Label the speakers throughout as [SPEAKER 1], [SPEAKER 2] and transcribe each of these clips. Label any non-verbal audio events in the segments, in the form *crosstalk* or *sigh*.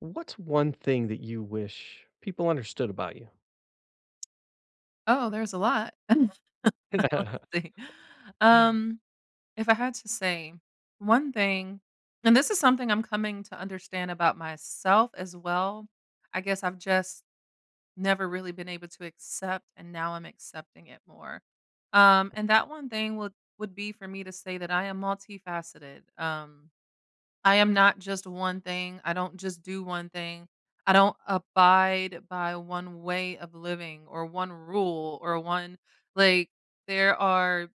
[SPEAKER 1] What's one thing that you wish people understood about you?
[SPEAKER 2] Oh, there's a lot. *laughs* Let's
[SPEAKER 1] *laughs*
[SPEAKER 2] see. Um, if I had to say one thing, and this is something I'm coming to understand about myself as well. I guess I've just never really been able to accept, and now I'm accepting it more. And that one thing would be for me to say that I am multifaceted. I am not just one thing. I don't just do one thing. I don't abide by one way of living or one rule or one like there are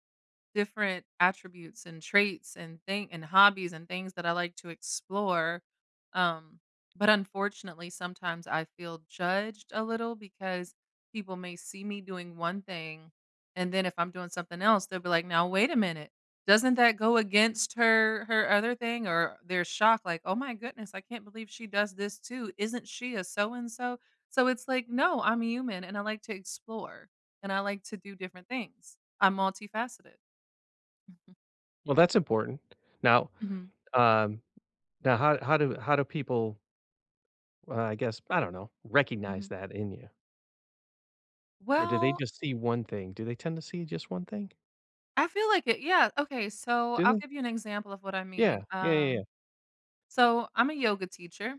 [SPEAKER 2] different attributes and traits and thing and hobbies and things that I like to explore. Um, but unfortunately, sometimes I feel judged a little because people may see me doing one thing, and then if I'm doing something else, they'll be like, "Now wait a minute, doesn't that go against her other thing?" Or they're shocked, like, "Oh my goodness, I can't believe she does this too. Isn't she a so and so?" So it's like, no, I'm human and I like to explore and I like to do different things. I'm multifaceted. Mhm,
[SPEAKER 1] Well, that's important. Now,
[SPEAKER 2] mhm,
[SPEAKER 1] um, now how do people, I guess, I don't know, recognize
[SPEAKER 2] mhm.
[SPEAKER 1] that in you? Or do they
[SPEAKER 2] Well,
[SPEAKER 1] just see one thing? Do they tend to see just one thing?
[SPEAKER 2] I feel like it, yeah, okay, so
[SPEAKER 1] Do
[SPEAKER 2] I'll
[SPEAKER 1] they?
[SPEAKER 2] give you an example of what I
[SPEAKER 1] Yeah.
[SPEAKER 2] mean,
[SPEAKER 1] Yeah, yeah, yeah.
[SPEAKER 2] so I'm a yoga teacher,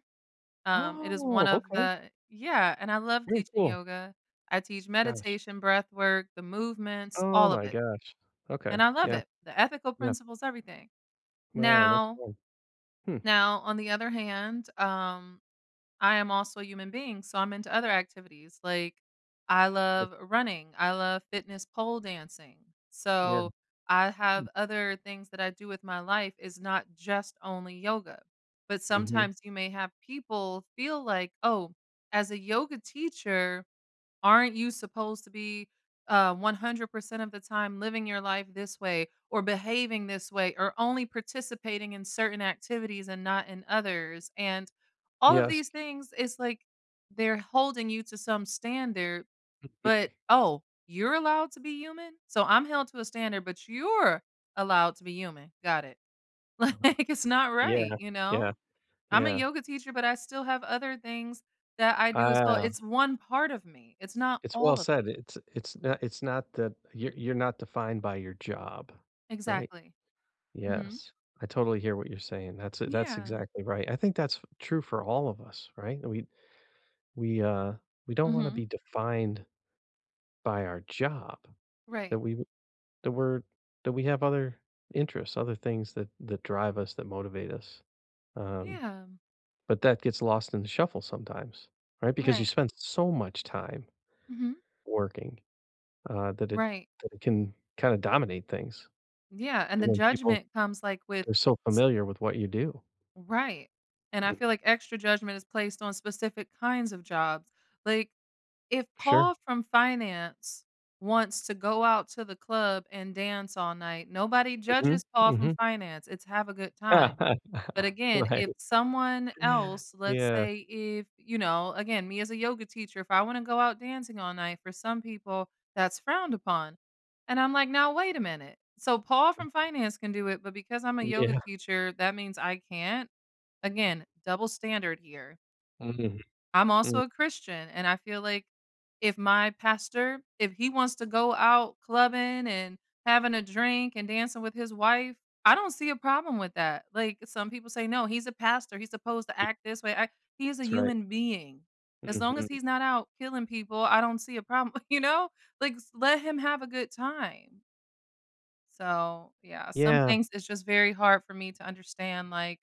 [SPEAKER 2] it is one
[SPEAKER 1] Oh,
[SPEAKER 2] of
[SPEAKER 1] okay.
[SPEAKER 2] the yeah, and I love
[SPEAKER 1] Very
[SPEAKER 2] teaching
[SPEAKER 1] cool.
[SPEAKER 2] yoga. I teach
[SPEAKER 1] Gosh.
[SPEAKER 2] meditation, breath work, the movements,
[SPEAKER 1] Oh
[SPEAKER 2] all of
[SPEAKER 1] my
[SPEAKER 2] it,
[SPEAKER 1] gosh.
[SPEAKER 2] and
[SPEAKER 1] Okay.
[SPEAKER 2] I love
[SPEAKER 1] Yeah,
[SPEAKER 2] it, the ethical
[SPEAKER 1] yeah.
[SPEAKER 2] principles, everything.
[SPEAKER 1] Wow, that's
[SPEAKER 2] Now
[SPEAKER 1] cool. Hmm.
[SPEAKER 2] now on the other hand, I am also a human being, so I'm into other activities. Like I
[SPEAKER 1] Yeah.
[SPEAKER 2] love running, I love fitness pole dancing.
[SPEAKER 1] Yeah.
[SPEAKER 2] So I have other things that I do with my life is not just only yoga. But
[SPEAKER 1] Mhm.
[SPEAKER 2] sometimes you may have people feel like, "Oh, as a yoga teacher, aren't you supposed to be, 100% of the time living your life this way or behaving this way or only participating in certain activities and not in others? And all of
[SPEAKER 1] Yes.
[SPEAKER 2] these things, it's like they're holding you to some standard, but, "Oh, you're allowed to be human? So I'm held to a standard, but you're allowed to be human. Got it." *laughs* Like, it's not right,
[SPEAKER 1] Yeah,
[SPEAKER 2] you
[SPEAKER 1] yeah,
[SPEAKER 2] know? I'm a
[SPEAKER 1] yeah.
[SPEAKER 2] yoga teacher, but I still have other things that I do as well.
[SPEAKER 1] Ah.
[SPEAKER 2] It's one part of me. It's not
[SPEAKER 1] It's well
[SPEAKER 2] all of
[SPEAKER 1] said.
[SPEAKER 2] me.
[SPEAKER 1] It's not that you're not defined by your job, right?
[SPEAKER 2] Exactly. Mhm.
[SPEAKER 1] Yes. I totally hear what you're saying. That's
[SPEAKER 2] Yeah.
[SPEAKER 1] exactly right. I think that's true for all of us, right? We we uh we don't want to
[SPEAKER 2] Mhm.
[SPEAKER 1] be defined by our job that
[SPEAKER 2] Right.
[SPEAKER 1] we that we're that we have other interests, other things that that drive us, that motivate us. Um,
[SPEAKER 2] Yeah.
[SPEAKER 1] but that gets lost in the shuffle sometimes, right? Because you
[SPEAKER 2] Right.
[SPEAKER 1] spend so much time
[SPEAKER 2] Mhm.
[SPEAKER 1] working. That it
[SPEAKER 2] Right.
[SPEAKER 1] that it can kinda dominate things,
[SPEAKER 2] Yeah, and the
[SPEAKER 1] and then people
[SPEAKER 2] judgment comes, like, with
[SPEAKER 1] they're so
[SPEAKER 2] s
[SPEAKER 1] familiar with what you do.
[SPEAKER 2] right, and I
[SPEAKER 1] Mm,
[SPEAKER 2] feel like extra judgment is placed on specific kinds of jobs. Like if Paul
[SPEAKER 1] sure.
[SPEAKER 2] from finance wants to go out to the club and dance all night, nobody
[SPEAKER 1] Mhm,
[SPEAKER 2] judges Paul from
[SPEAKER 1] mhm.
[SPEAKER 2] finance. It's have a good time. But
[SPEAKER 1] *laughs*
[SPEAKER 2] again,
[SPEAKER 1] Right.
[SPEAKER 2] if someone
[SPEAKER 1] Yeah.
[SPEAKER 2] else, let's
[SPEAKER 1] Yeah.
[SPEAKER 2] say if, you know, again, me as a yoga teacher, if I want to go out dancing all night, for some people, that's frowned upon. And I'm like, now, wait a minute. So Paul from finance can do it, but because I'm a yoga teacher, that means I can't. Again, double standard here.
[SPEAKER 1] Mhm,
[SPEAKER 2] I'm also
[SPEAKER 1] mm,
[SPEAKER 2] a Christian, and I feel like if my pastor, if he wants to go out clubbing and having a drink and dancing with his wife, I don't see a problem with that. Like some people say, no, he's a pastor. He's supposed to
[SPEAKER 1] ye
[SPEAKER 2] act this way. I, he is a
[SPEAKER 1] that's right.
[SPEAKER 2] human being. As long as
[SPEAKER 1] Mhm.
[SPEAKER 2] he's not out killing people, I don't see a problem. *laughs* You know, like let him have a good time. So yeah, some
[SPEAKER 1] Yeah,
[SPEAKER 2] things it's just very hard for me to understand,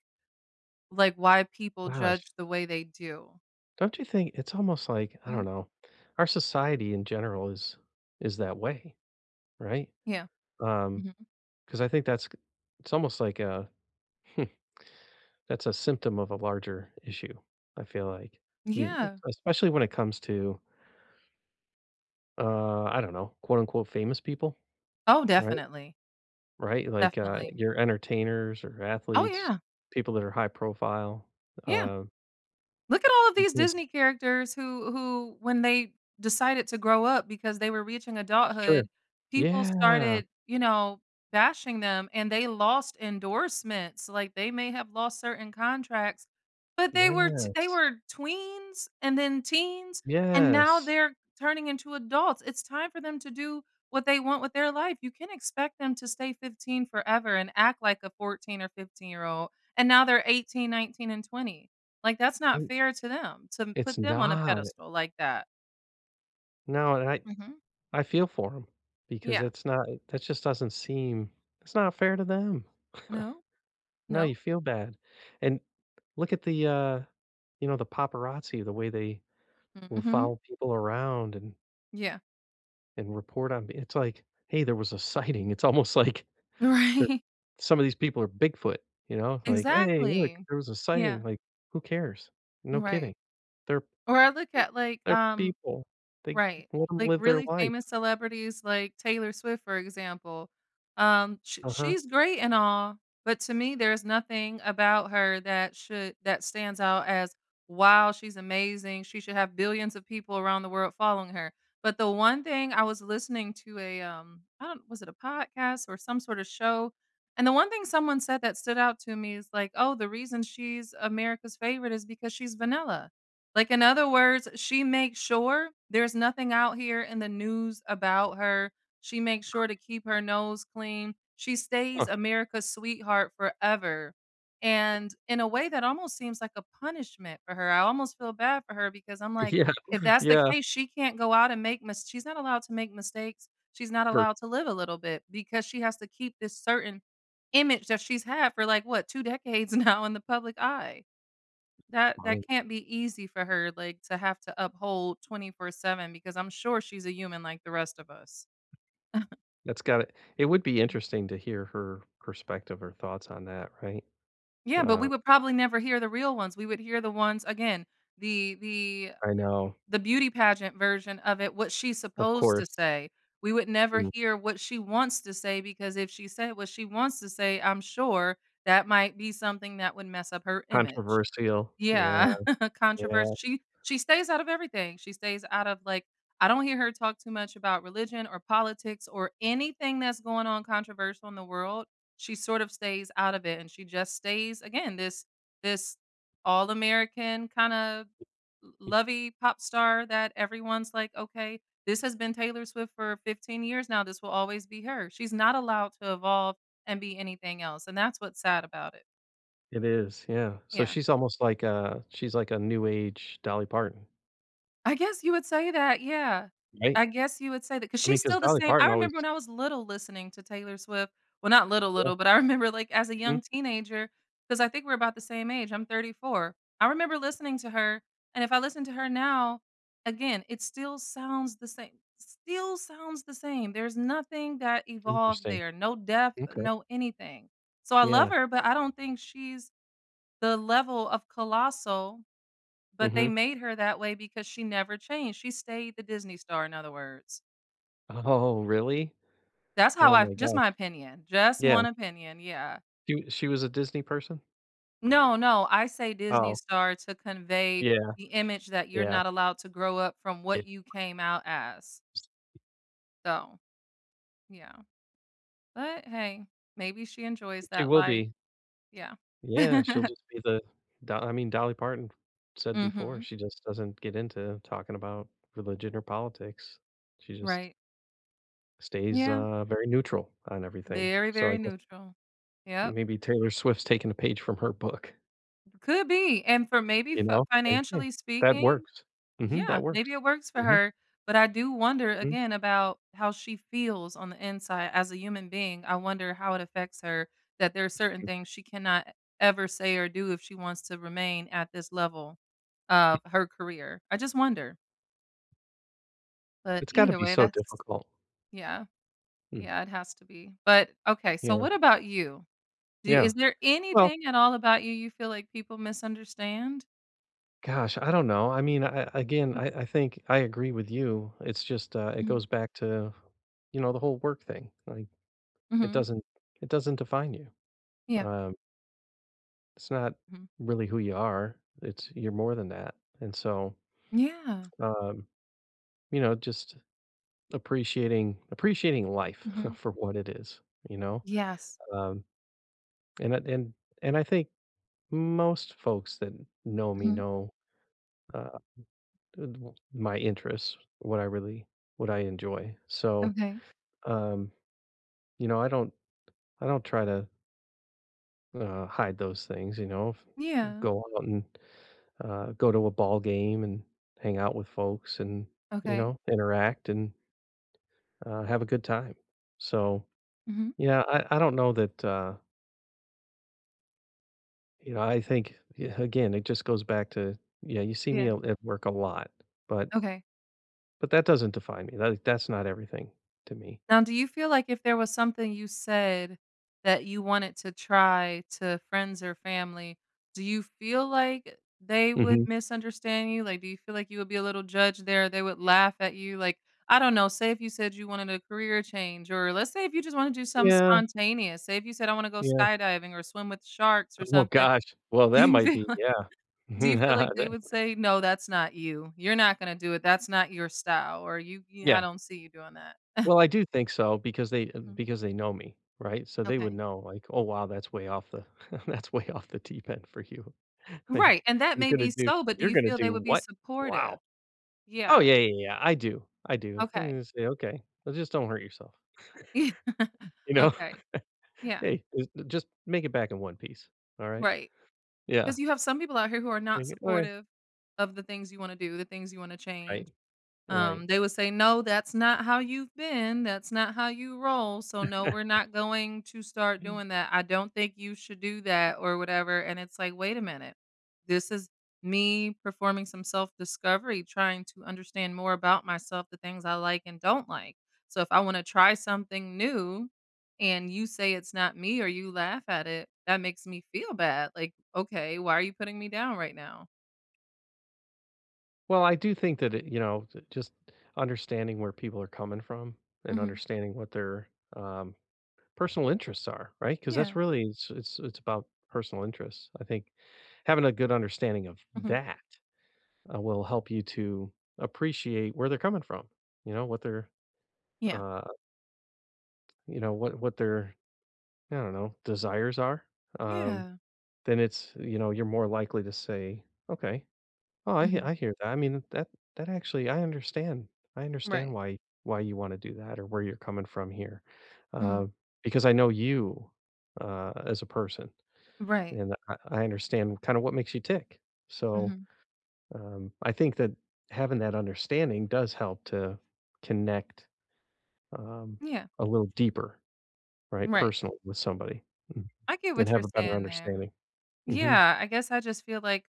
[SPEAKER 2] like why people
[SPEAKER 1] gosh.
[SPEAKER 2] judge the way they do.
[SPEAKER 1] Don't you think it's almost like, I
[SPEAKER 2] Mhm.
[SPEAKER 1] don't know, our society in general is that way, right?
[SPEAKER 2] Yeah.
[SPEAKER 1] Um,
[SPEAKER 2] Mm-hmm.
[SPEAKER 1] Because I think that's it's almost like a *laughs* that's a symptom of a larger issue, I feel like. You
[SPEAKER 2] Yeah.
[SPEAKER 1] especially when it comes to, I don't know, quote, unquote, "famous people,"
[SPEAKER 2] Oh,
[SPEAKER 1] right?
[SPEAKER 2] definitely.
[SPEAKER 1] Right? Like,
[SPEAKER 2] Definitely.
[SPEAKER 1] your entertainers or
[SPEAKER 2] Oh,
[SPEAKER 1] athletes,
[SPEAKER 2] yeah.
[SPEAKER 1] people that are high profile,
[SPEAKER 2] Yeah.
[SPEAKER 1] uh,
[SPEAKER 2] Look at all of these
[SPEAKER 1] because
[SPEAKER 2] Disney characters who when they decided to grow up because they were reaching
[SPEAKER 1] sure.
[SPEAKER 2] adulthood, people
[SPEAKER 1] Yeah.
[SPEAKER 2] started, you know, bashing them and they lost endorsements, like, they may have lost certain contracts, but they were t they
[SPEAKER 1] Yes.
[SPEAKER 2] were tweens and then teens, and now
[SPEAKER 1] Yes.
[SPEAKER 2] they're turning into adults. It's time for them to do what they want with their life. You can't expect them to stay 15 forever and act like a 14 or 15-year-old, and now they're 18, 19, and 20. Like, that's not
[SPEAKER 1] I
[SPEAKER 2] fair to them to
[SPEAKER 1] it's
[SPEAKER 2] put them on a
[SPEAKER 1] not.
[SPEAKER 2] pedestal like that.
[SPEAKER 1] No, and
[SPEAKER 2] Mhm.
[SPEAKER 1] I feel for them because
[SPEAKER 2] Yeah.
[SPEAKER 1] it's not that just doesn't seem it's not fair to them.
[SPEAKER 2] No.
[SPEAKER 1] No,
[SPEAKER 2] No.
[SPEAKER 1] you feel bad, and look at the, you know, the paparazzi, the way they will
[SPEAKER 2] Mhm.
[SPEAKER 1] follow people around
[SPEAKER 2] Yeah.
[SPEAKER 1] and report on it's like, "Hey, there was a *laughs* sighting." It's almost like
[SPEAKER 2] *laughs*
[SPEAKER 1] they're
[SPEAKER 2] Right.
[SPEAKER 1] some of these people are Bigfoot, you know? Like, "Hey, look,
[SPEAKER 2] Exactly.
[SPEAKER 1] there was a
[SPEAKER 2] Yeah.
[SPEAKER 1] sighting." Like, who cares? No
[SPEAKER 2] Right.
[SPEAKER 1] kidding. They're
[SPEAKER 2] Or I look at, like,
[SPEAKER 1] they're people. They
[SPEAKER 2] right.
[SPEAKER 1] let them
[SPEAKER 2] Like,
[SPEAKER 1] live their
[SPEAKER 2] really
[SPEAKER 1] life.
[SPEAKER 2] famous celebrities like Taylor Swift, for example. Sh
[SPEAKER 1] Uh-huh.
[SPEAKER 2] she's great and all, but to me, there's nothing about her that should that stands out as, "Wow, she's amazing. She should have billions of people around the world following her." But the one thing I was listening to a, I don't, was it a podcast or some sort of show? And the one thing someone said that stood out to me is like, "Oh, the reason she's America's favorite is because she's vanilla." Like, in other words, she makes sure there's nothing out here in the news about her. She makes sure to keep her nose clean. She stays
[SPEAKER 1] Huh.
[SPEAKER 2] America's sweetheart forever. And in a way that almost seems like a punishment for her. I almost feel bad for her because I'm like,
[SPEAKER 1] Yeah.
[SPEAKER 2] if
[SPEAKER 1] *laughs*
[SPEAKER 2] that's the
[SPEAKER 1] Yeah.
[SPEAKER 2] case, she can't go out and make mistakes. She's not allowed to make mistakes. She's not
[SPEAKER 1] For
[SPEAKER 2] allowed to live a little bit because she has to keep this certain image that she's had for like what, 2 decades *laughs* now in the public eye. That
[SPEAKER 1] funny.
[SPEAKER 2] that can't be easy for her, like, to have to uphold 24/7 because I'm sure she's a human like the rest of us.
[SPEAKER 1] That's got it. It would be
[SPEAKER 2] Mhm.
[SPEAKER 1] interesting to hear her perspective or thoughts on that, right?
[SPEAKER 2] Yeah, but we
[SPEAKER 1] Uh,
[SPEAKER 2] would probably never hear the real ones. We would hear the ones again, the
[SPEAKER 1] I know.
[SPEAKER 2] the beauty pageant version of it, what she's
[SPEAKER 1] Of
[SPEAKER 2] supposed to
[SPEAKER 1] course.
[SPEAKER 2] say. We would never
[SPEAKER 1] Mm.
[SPEAKER 2] hear what she wants to say because if she said what she wants to say, I'm sure that might be something that would mess up her image.
[SPEAKER 1] Controversial. Yeah.
[SPEAKER 2] Yeah, *laughs* controversy.
[SPEAKER 1] Yeah,
[SPEAKER 2] She stays out of everything. She stays out of, like I don't hear her talk too much about religion or politics or anything that's going on controversial in the world. She sort of stays out of it, and she just stays, again, this all-American kinda
[SPEAKER 1] I
[SPEAKER 2] lovey pop star that everyone's like, "Okay, this has been Taylor Swift for 15 years now. This will always be her." She's not allowed to evolve and be anything else, and that's what's sad about it.
[SPEAKER 1] it is, yeah. So
[SPEAKER 2] Yeah.
[SPEAKER 1] she's almost like a she's like a new age Dolly Parton,
[SPEAKER 2] I guess you would say that, yeah.
[SPEAKER 1] right?
[SPEAKER 2] I guess you would say that, cause
[SPEAKER 1] I mean,
[SPEAKER 2] she's
[SPEAKER 1] because
[SPEAKER 2] still the
[SPEAKER 1] Dolly
[SPEAKER 2] same I
[SPEAKER 1] Parton always
[SPEAKER 2] remember when I was little listening to Taylor Swift, well, not little,
[SPEAKER 1] yeah,
[SPEAKER 2] little, but I *laughs* remember, like, as a
[SPEAKER 1] mhm,
[SPEAKER 2] young teenager, cause I think we're about the same age, I'm 34. I remember listening to her, and if I listen to her now, again, it still sounds the same still sounds the same. There's nothing that evolved
[SPEAKER 1] interesting.
[SPEAKER 2] there, no depth,
[SPEAKER 1] Okay.
[SPEAKER 2] no anything. So I love
[SPEAKER 1] Yeah,
[SPEAKER 2] her, but I don't think she's the level of colossal, but they
[SPEAKER 1] mhm.
[SPEAKER 2] made her that way because she never changed. She stayed the Disney star, in other words.
[SPEAKER 1] Oh, really?
[SPEAKER 2] That's how
[SPEAKER 1] Oh
[SPEAKER 2] I
[SPEAKER 1] my
[SPEAKER 2] just
[SPEAKER 1] gosh.
[SPEAKER 2] my opinion. Just
[SPEAKER 1] Yeah,
[SPEAKER 2] one opinion, yeah.
[SPEAKER 1] she was a Disney person?
[SPEAKER 2] No, no, I say Disney
[SPEAKER 1] Oh,
[SPEAKER 2] star to convey
[SPEAKER 1] yeah,
[SPEAKER 2] the image that you're
[SPEAKER 1] yeah,
[SPEAKER 2] not allowed to grow up from
[SPEAKER 1] yeah.
[SPEAKER 2] what you came out as. So, yeah. But hey, maybe she enjoys
[SPEAKER 1] She
[SPEAKER 2] that
[SPEAKER 1] will
[SPEAKER 2] life.
[SPEAKER 1] be.
[SPEAKER 2] Yeah.
[SPEAKER 1] Yeah, she'll
[SPEAKER 2] *laughs*
[SPEAKER 1] just be the do I mean, Dolly Parton said before,
[SPEAKER 2] Mhm.
[SPEAKER 1] she just doesn't get into talking about religion or politics. She just
[SPEAKER 2] Right.
[SPEAKER 1] stays,
[SPEAKER 2] Yeah.
[SPEAKER 1] very neutral on everything.
[SPEAKER 2] Very,
[SPEAKER 1] So
[SPEAKER 2] very
[SPEAKER 1] I guess
[SPEAKER 2] neutral. Yep.
[SPEAKER 1] maybe Taylor Swift's taking a page from her book,
[SPEAKER 2] Could be. And for maybe
[SPEAKER 1] you
[SPEAKER 2] f
[SPEAKER 1] know? Like, "Hey,
[SPEAKER 2] financially
[SPEAKER 1] that
[SPEAKER 2] speaking
[SPEAKER 1] works." Mhm,
[SPEAKER 2] yeah,
[SPEAKER 1] that works.
[SPEAKER 2] maybe it works for
[SPEAKER 1] Mhm,
[SPEAKER 2] her, but I do wonder
[SPEAKER 1] mhm.
[SPEAKER 2] again about how she feels on the inside as a human being. I wonder how it affects her that there are certain things she cannot ever say or do if she wants to remain at this level of her career. I just wonder. But
[SPEAKER 1] It's gotta
[SPEAKER 2] either
[SPEAKER 1] be
[SPEAKER 2] way,
[SPEAKER 1] so
[SPEAKER 2] that's
[SPEAKER 1] difficult.
[SPEAKER 2] yeah.
[SPEAKER 1] Mm,
[SPEAKER 2] Yeah, it has to be. But okay, so
[SPEAKER 1] yeah,
[SPEAKER 2] what about you? Do,
[SPEAKER 1] yeah.
[SPEAKER 2] is there
[SPEAKER 1] Well,
[SPEAKER 2] anything at all about you you feel like people misunderstand?
[SPEAKER 1] gosh, I don't know. I mean, I again, I think I agree with you. It's just, it
[SPEAKER 2] Mhm.
[SPEAKER 1] goes back to, you know, the whole work thing. Like, it
[SPEAKER 2] Mhm.
[SPEAKER 1] doesn't it doesn't define you.
[SPEAKER 2] Yeah.
[SPEAKER 1] Um, it's not
[SPEAKER 2] Mhm.
[SPEAKER 1] really who you are. It's you're more than that. And so,
[SPEAKER 2] Yeah.
[SPEAKER 1] um, you know, just appreciating life *laughs*
[SPEAKER 2] Mhm.
[SPEAKER 1] for what it is, you know?
[SPEAKER 2] Yes.
[SPEAKER 1] Um, and I and I think most folks that know me
[SPEAKER 2] Mm-hmm.
[SPEAKER 1] know, uh, w- my interests, what I really what I enjoy. So,
[SPEAKER 2] Okay.
[SPEAKER 1] um, you know, I don't try to, hide those things, you know?
[SPEAKER 2] Yeah.
[SPEAKER 1] Go out and, go to a ball game and hang out with folks and, you
[SPEAKER 2] Okay.
[SPEAKER 1] know, interact and, have a good time. So,
[SPEAKER 2] Mhm.
[SPEAKER 1] yeah, I don't know that, you know, I think yeah, again, it just goes back to, yeah, you see me
[SPEAKER 2] Yeah.
[SPEAKER 1] at work a lot, but
[SPEAKER 2] Okay.
[SPEAKER 1] but that doesn't define me. That that's not everything to me.
[SPEAKER 2] Now, do you feel like if there was something you said that you wanted to try to friends or family, do you feel like they would
[SPEAKER 1] Mhm.
[SPEAKER 2] misunderstand you? Like, do you feel like you would be a little judge there? They would laugh at you? Like, I don't know. Say if you said you wanted a career change, or let's say if you just want to do something
[SPEAKER 1] Yeah,
[SPEAKER 2] spontaneous. Say if you said, I want to go
[SPEAKER 1] yeah.
[SPEAKER 2] skydiving or swim with sharks or
[SPEAKER 1] Oh
[SPEAKER 2] something. *laughs*
[SPEAKER 1] gosh. Well,
[SPEAKER 2] Do
[SPEAKER 1] that
[SPEAKER 2] you
[SPEAKER 1] might be,
[SPEAKER 2] feel?
[SPEAKER 1] yeah. *laughs*
[SPEAKER 2] Do you feel like they
[SPEAKER 1] That
[SPEAKER 2] would say, "No, that's not you. You're not gonna do it. That's not your style," or You I
[SPEAKER 1] yeah.
[SPEAKER 2] don't see you doing that."
[SPEAKER 1] Well, I do think so
[SPEAKER 2] Mhm.
[SPEAKER 1] because they know me, right? So they would
[SPEAKER 2] Okay.
[SPEAKER 1] know like, "Oh, wow, that's way off the *laughs* that's way off the deep end for you." *laughs*
[SPEAKER 2] Right,
[SPEAKER 1] Like,
[SPEAKER 2] and that
[SPEAKER 1] "You're
[SPEAKER 2] may
[SPEAKER 1] gonna
[SPEAKER 2] be
[SPEAKER 1] do
[SPEAKER 2] so, but do
[SPEAKER 1] you're
[SPEAKER 2] you
[SPEAKER 1] gonna
[SPEAKER 2] feel they
[SPEAKER 1] do
[SPEAKER 2] would be
[SPEAKER 1] what?
[SPEAKER 2] supportive?
[SPEAKER 1] Wow." Oh,
[SPEAKER 2] Yeah.
[SPEAKER 1] yeah, yeah, yeah. I do. I do. And
[SPEAKER 2] Okay.
[SPEAKER 1] you say, "Okay. Well, just don't hurt yourself."
[SPEAKER 2] *laughs* Yeah.
[SPEAKER 1] You know? *laughs*
[SPEAKER 2] Okay. Yeah.
[SPEAKER 1] Hey, just make it back in one piece, alright?
[SPEAKER 2] Right.
[SPEAKER 1] Yeah.
[SPEAKER 2] Because you have some people out here who are not
[SPEAKER 1] Like, alright.
[SPEAKER 2] supportive of the things you wanna do, the things you wanna change.
[SPEAKER 1] Right, right.
[SPEAKER 2] They would say, "No, that's not how you've been. That's not how you roll. So no, we're
[SPEAKER 1] *laughs*
[SPEAKER 2] not going to start
[SPEAKER 1] Mm.
[SPEAKER 2] doing that. I don't think you should do that or whatever." And it's like, "Wait a minute. This is me performing some self-discovery, trying to understand more about myself, the things I like and don't like. So if I want to try something new and you say it's not me or you laugh at it, that makes me feel bad. Like, okay, why are you putting me down right now?"
[SPEAKER 1] Well, I do think that it you know, j just understanding where people are coming from and
[SPEAKER 2] Mhm.
[SPEAKER 1] understanding what their, um, personal interests are, right? Because that's
[SPEAKER 2] Yeah.
[SPEAKER 1] really it's about personal interests. I think having a good understanding of
[SPEAKER 2] Mhm.
[SPEAKER 1] that, will help you to appreciate where they're coming from, you know, what their,
[SPEAKER 2] Yeah.
[SPEAKER 1] uh, you know, what their, I don't know, desires are, um
[SPEAKER 2] Yeah.
[SPEAKER 1] then it's you know, you're more likely to say, "Okay. Oh, I he-
[SPEAKER 2] Mhm.
[SPEAKER 1] I hear that." I mean, that that actually I understand. I understand
[SPEAKER 2] Right.
[SPEAKER 1] why you wanna do that or where you're coming from here,
[SPEAKER 2] Mhm.
[SPEAKER 1] uh, because I know you, as a person,
[SPEAKER 2] Right.
[SPEAKER 1] and I understand kinda what makes you tick. So,
[SPEAKER 2] Mhm.
[SPEAKER 1] I think that having that understanding does help to connect, um,
[SPEAKER 2] Yeah.
[SPEAKER 1] a little deeper, right,
[SPEAKER 2] Right.
[SPEAKER 1] personal with somebody, mm,
[SPEAKER 2] I get
[SPEAKER 1] and
[SPEAKER 2] what you're
[SPEAKER 1] have a better
[SPEAKER 2] saying there.
[SPEAKER 1] understanding. Mhm.
[SPEAKER 2] Yeah, I guess I just feel like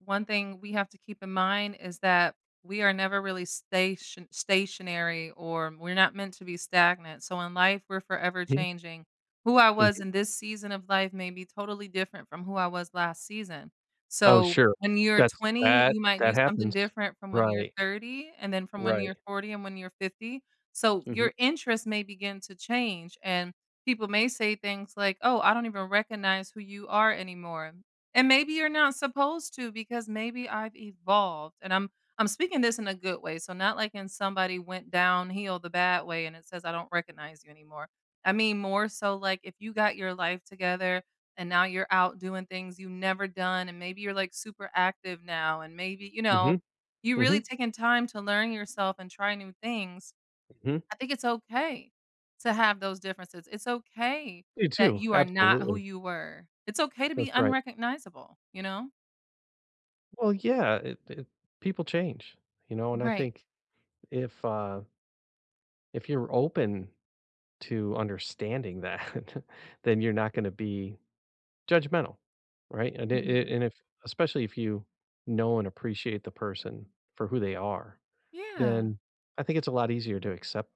[SPEAKER 2] one thing we have to keep in mind is that we are never really stationary or we're not meant to be stagnant. So in life, we're forever
[SPEAKER 1] Mhm.
[SPEAKER 2] changing. Who I was
[SPEAKER 1] Mhm.
[SPEAKER 2] in this season of life may be totally different from who I was last season.
[SPEAKER 1] Oh,
[SPEAKER 2] So
[SPEAKER 1] sure.
[SPEAKER 2] when you're
[SPEAKER 1] That's
[SPEAKER 2] 20,
[SPEAKER 1] that
[SPEAKER 2] you might do
[SPEAKER 1] that
[SPEAKER 2] something
[SPEAKER 1] happens.
[SPEAKER 2] different from when you're
[SPEAKER 1] Right,
[SPEAKER 2] 30, and then from when
[SPEAKER 1] right.
[SPEAKER 2] you're 40 and when you're 50. So
[SPEAKER 1] Mhm,
[SPEAKER 2] your interests may begin to change. And people may say things like, oh, I don't even recognize who you are anymore. And maybe you're not supposed to because maybe I've evolved. And I'm speaking this in a good way. So not like in somebody went downhill the bad way and it says I don't recognize you anymore. I mean more so like if you got your life together and now you're out doing things you never done and maybe you're like super active now and maybe, you know,
[SPEAKER 1] mhm,
[SPEAKER 2] you really
[SPEAKER 1] mhm,
[SPEAKER 2] taking time to learn yourself and try new things
[SPEAKER 1] mhm.
[SPEAKER 2] I think it's okay to have those differences. It's okay
[SPEAKER 1] Me
[SPEAKER 2] that
[SPEAKER 1] too,
[SPEAKER 2] you are not who
[SPEAKER 1] absolutely.
[SPEAKER 2] you were. It's okay to be
[SPEAKER 1] That's right.
[SPEAKER 2] unrecognizable, you know?
[SPEAKER 1] Well, yeah, it people change, you know, and I
[SPEAKER 2] Right.
[SPEAKER 1] think if, uh, if you're open to understanding that, *laughs* then you're not gonna be judgmental, right? And it
[SPEAKER 2] Mhm.
[SPEAKER 1] and if especially if you know and appreciate the person for who they are,
[SPEAKER 2] Yeah.
[SPEAKER 1] then I think it's a lot easier to accept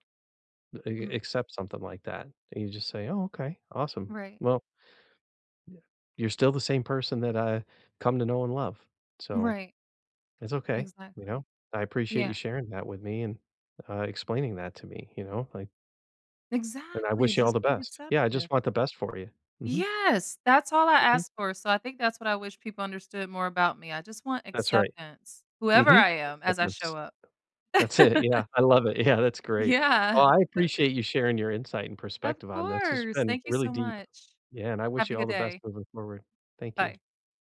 [SPEAKER 1] a
[SPEAKER 2] Mhm.
[SPEAKER 1] accept something like that, and you just say, "Oh, okay, awesome.
[SPEAKER 2] Right.
[SPEAKER 1] Well, you're still the same person that I come to know and love, so
[SPEAKER 2] Right.
[SPEAKER 1] it's okay," you
[SPEAKER 2] Exactly.
[SPEAKER 1] know? I appreciate you
[SPEAKER 2] Yeah.
[SPEAKER 1] sharing that with me and, explaining that to me, you know, like and I
[SPEAKER 2] Exactly.
[SPEAKER 1] wish you all
[SPEAKER 2] Just
[SPEAKER 1] the
[SPEAKER 2] be
[SPEAKER 1] best. Yeah, I
[SPEAKER 2] receptive.
[SPEAKER 1] just want the best for you. Mhm,
[SPEAKER 2] Yes, that's all I
[SPEAKER 1] mhm,
[SPEAKER 2] asked for. So I think that's what I wish people understood more about me. I just want
[SPEAKER 1] that's right.
[SPEAKER 2] acceptance, whoever
[SPEAKER 1] Mhm,
[SPEAKER 2] I am, as I show
[SPEAKER 1] acceptance.
[SPEAKER 2] up.
[SPEAKER 1] That's it,
[SPEAKER 2] *laughs*
[SPEAKER 1] yeah, I love it. Yeah, that's great. Oh,
[SPEAKER 2] Yeah.
[SPEAKER 1] I appreciate you sharing your insight and
[SPEAKER 2] Of
[SPEAKER 1] perspective on this. It's
[SPEAKER 2] course.
[SPEAKER 1] been
[SPEAKER 2] Thank you
[SPEAKER 1] really
[SPEAKER 2] so
[SPEAKER 1] deep.
[SPEAKER 2] much.
[SPEAKER 1] Yeah, and I wish
[SPEAKER 2] Have a
[SPEAKER 1] you all
[SPEAKER 2] good
[SPEAKER 1] the best
[SPEAKER 2] day.
[SPEAKER 1] moving forward. Thank you.
[SPEAKER 2] Bye.